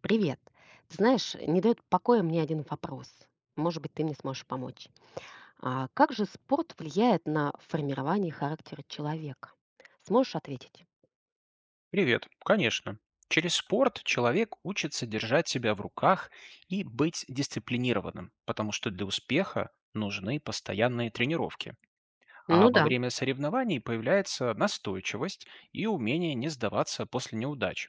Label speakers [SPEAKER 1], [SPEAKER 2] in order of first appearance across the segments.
[SPEAKER 1] Привет. Ты знаешь, не дает покоя мне один вопрос. Может быть, ты мне сможешь помочь. А как же спорт влияет на формирование характера человека? Сможешь ответить?
[SPEAKER 2] Привет. Конечно. Через спорт человек учится держать себя в руках и быть дисциплинированным, потому что для успеха нужны постоянные тренировки. А
[SPEAKER 1] Ну
[SPEAKER 2] во
[SPEAKER 1] да.
[SPEAKER 2] время соревнований появляется настойчивость и умение не сдаваться после неудач.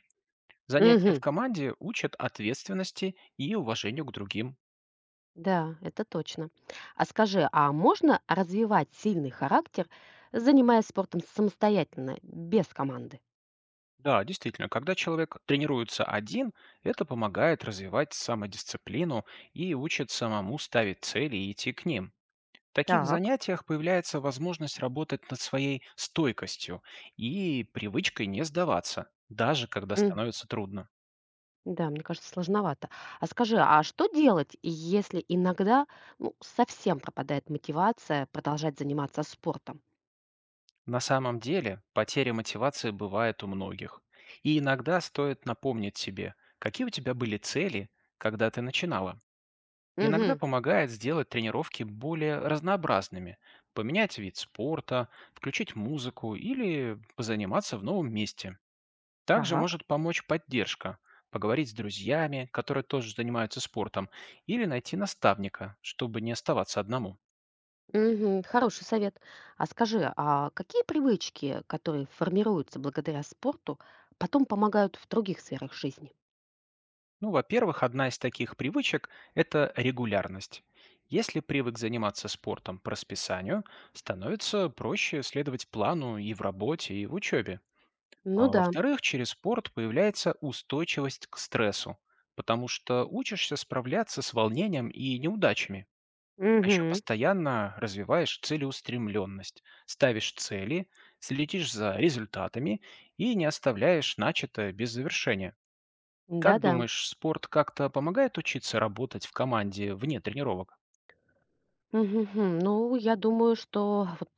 [SPEAKER 2] Занятия в
[SPEAKER 1] Мгм.
[SPEAKER 2] команде учат ответственности и уважению к другим.
[SPEAKER 1] Да, это точно. А скажи, а можно развивать сильный характер, занимаясь спортом самостоятельно, без команды?
[SPEAKER 2] Да, действительно, когда человек тренируется один, это помогает развивать самодисциплину и учит самому ставить цели и идти к ним. В таких
[SPEAKER 1] Так.
[SPEAKER 2] занятиях появляется возможность работать над своей стойкостью и привычкой не сдаваться, даже когда
[SPEAKER 1] М.
[SPEAKER 2] становится трудно.
[SPEAKER 1] Да, мне кажется, сложновато. А скажи, а что делать, если иногда, ну, совсем пропадает мотивация продолжать заниматься спортом?
[SPEAKER 2] На самом деле, потеря мотивации бывает у многих. И иногда стоит напомнить себе, какие у тебя были цели, когда ты начинала. Иногда
[SPEAKER 1] Мгм.
[SPEAKER 2] помогает сделать тренировки более разнообразными, поменять вид спорта, включить музыку или позаниматься в новом месте. Также
[SPEAKER 1] Так.
[SPEAKER 2] может помочь поддержка, поговорить с друзьями, которые тоже занимаются спортом, или найти наставника, чтобы не оставаться одному.
[SPEAKER 1] Мгм. Хороший совет. А скажи, а какие привычки, которые формируются благодаря спорту, потом помогают в других сферах жизни?
[SPEAKER 2] Ну, во-первых, одна из таких привычек– это регулярность. Если привык заниматься спортом по расписанию, становится проще следовать плану и в работе, и в учебе.
[SPEAKER 1] Ну
[SPEAKER 2] А
[SPEAKER 1] да.
[SPEAKER 2] во-вторых, через спорт появляется устойчивость к стрессу, потому что учишься справляться с волнением и неудачами. А еще
[SPEAKER 1] Мгм.
[SPEAKER 2] постоянно развиваешь целеустремленность, ставишь цели, следишь за результатами и не оставляешь начатое без завершения. Как
[SPEAKER 1] Да-да.
[SPEAKER 2] думаешь, спорт как-то помогает учиться работать в команде вне тренировок?
[SPEAKER 1] Мгм. Ну, я думаю, что вот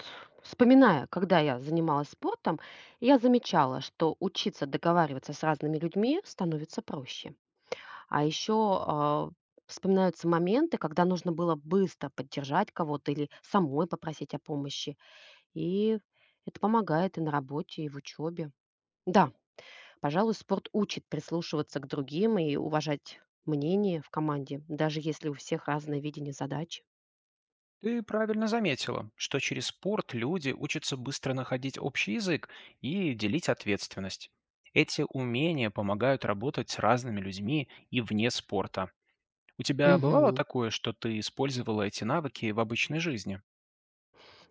[SPEAKER 1] вспоминая, когда я занималась спортом, я замечала, что учиться договариваться с разными людьми становится проще. А еще а, вспоминаются моменты, когда нужно было быстро поддержать кого-то или самой попросить о помощи. И это помогает и на работе, и в учебе. Да, пожалуй, спорт учит прислушиваться к другим и уважать мнение в команде, даже если у всех разное видение задачи.
[SPEAKER 2] Ты правильно заметила, что через спорт люди учатся быстро находить общий язык и делить ответственность. Эти умения помогают работать с разными людьми и вне спорта. У тебя бывало
[SPEAKER 1] Мгм.
[SPEAKER 2] такое, что ты использовала эти навыки в обычной жизни?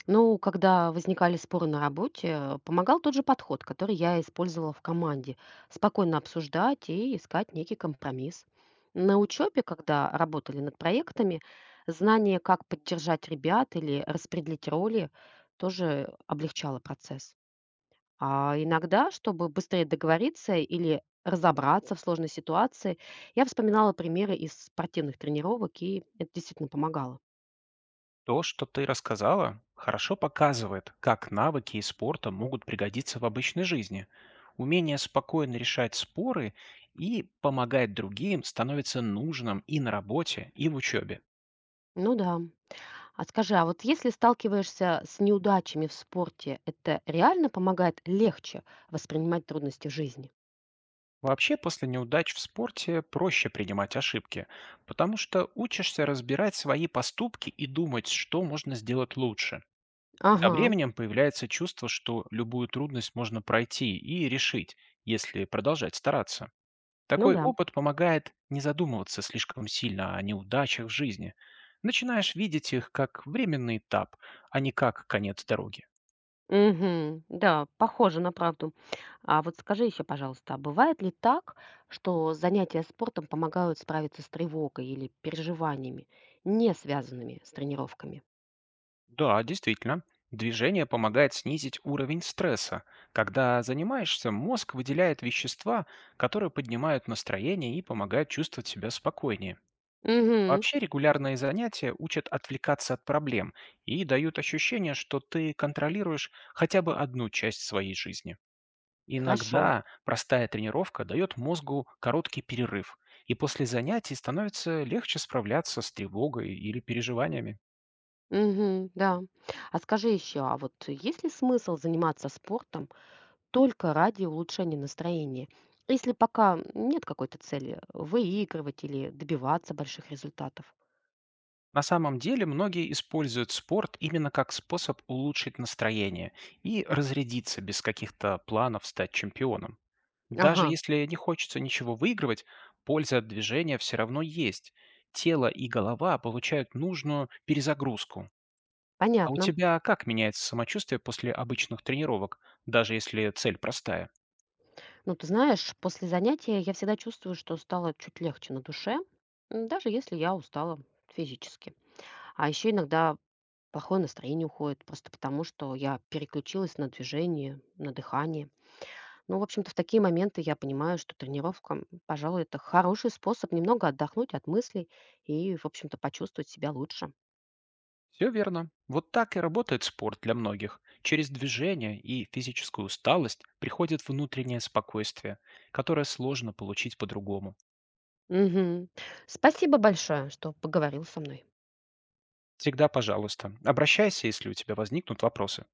[SPEAKER 1] Ну, когда возникали споры на работе, помогал тот же подход, который я использовала в команде. Спокойно обсуждать и искать некий компромисс. На учебе, когда работали над проектами, знание, как поддержать ребят или распределить роли, тоже облегчало процесс. А иногда, чтобы быстрее договориться или разобраться в сложной ситуации, я вспоминала примеры из спортивных тренировок, и это действительно помогало.
[SPEAKER 2] То, что ты рассказала, хорошо показывает, как навыки из спорта могут пригодиться в обычной жизни. Умение спокойно решать споры и помогать другим становится нужным и на работе, и в учебе.
[SPEAKER 1] Ну да. А скажи, а вот если сталкиваешься с неудачами в спорте, это реально помогает легче воспринимать трудности в жизни?
[SPEAKER 2] Вообще, после неудач в спорте проще принимать ошибки, потому что учишься разбирать свои поступки и думать, что можно сделать лучше. Со
[SPEAKER 1] Ага,
[SPEAKER 2] временем появляется чувство, что любую трудность можно пройти и решить, если продолжать стараться.
[SPEAKER 1] ну
[SPEAKER 2] Такой
[SPEAKER 1] да.
[SPEAKER 2] опыт помогает не задумываться слишком сильно о неудачах в жизни. Начинаешь видеть их как временный этап, а не как конец дороги.
[SPEAKER 1] Мгм. Да, похоже на правду. А вот скажи еще, пожалуйста, а бывает ли так, что занятия спортом помогают справиться с тревогой или переживаниями, не связанными с тренировками?
[SPEAKER 2] Да, действительно, движение помогает снизить уровень стресса. Когда занимаешься, мозг выделяет вещества, которые поднимают настроение и помогают чувствовать себя спокойнее.
[SPEAKER 1] Мгм.
[SPEAKER 2] Вообще регулярные занятия учат отвлекаться от проблем и дают ощущение, что ты контролируешь хотя бы одну часть своей жизни.
[SPEAKER 1] Хорошо.
[SPEAKER 2] Иногда простая тренировка дает мозгу короткий перерыв, и после занятий становится легче справляться с тревогой или переживаниями.
[SPEAKER 1] Мгм. Да. А скажи еще, а вот есть ли смысл заниматься спортом только ради улучшения настроения, если пока нет какой-то цели выигрывать или добиваться больших результатов?
[SPEAKER 2] На самом деле многие используют спорт именно как способ улучшить настроение и разрядиться без каких-то планов стать чемпионом.
[SPEAKER 1] Ага,
[SPEAKER 2] Даже если не хочется ничего выигрывать, польза от движения все равно есть. Тело и голова получают нужную перезагрузку. А у
[SPEAKER 1] понятно.
[SPEAKER 2] тебя как меняется самочувствие после обычных тренировок, даже если цель простая?
[SPEAKER 1] Ну, ты знаешь, после занятия я всегда чувствую, что стало чуть легче на душе, даже если я устала физически. А еще иногда плохое настроение уходит просто потому, что я переключилась на движение, на дыхание. Ну, в общем-то, в такие моменты я понимаю, что тренировка, пожалуй, это хороший способ немного отдохнуть от мыслей и, в общем-то, почувствовать себя лучше.
[SPEAKER 2] Все верно. Вот так и работает спорт для многих. Через движение и физическую усталость приходит внутреннее спокойствие, которое сложно получить по-другому.
[SPEAKER 1] Мгм. Спасибо большое, что поговорил со мной.
[SPEAKER 2] Всегда, пожалуйста, обращайся, если у тебя возникнут вопросы.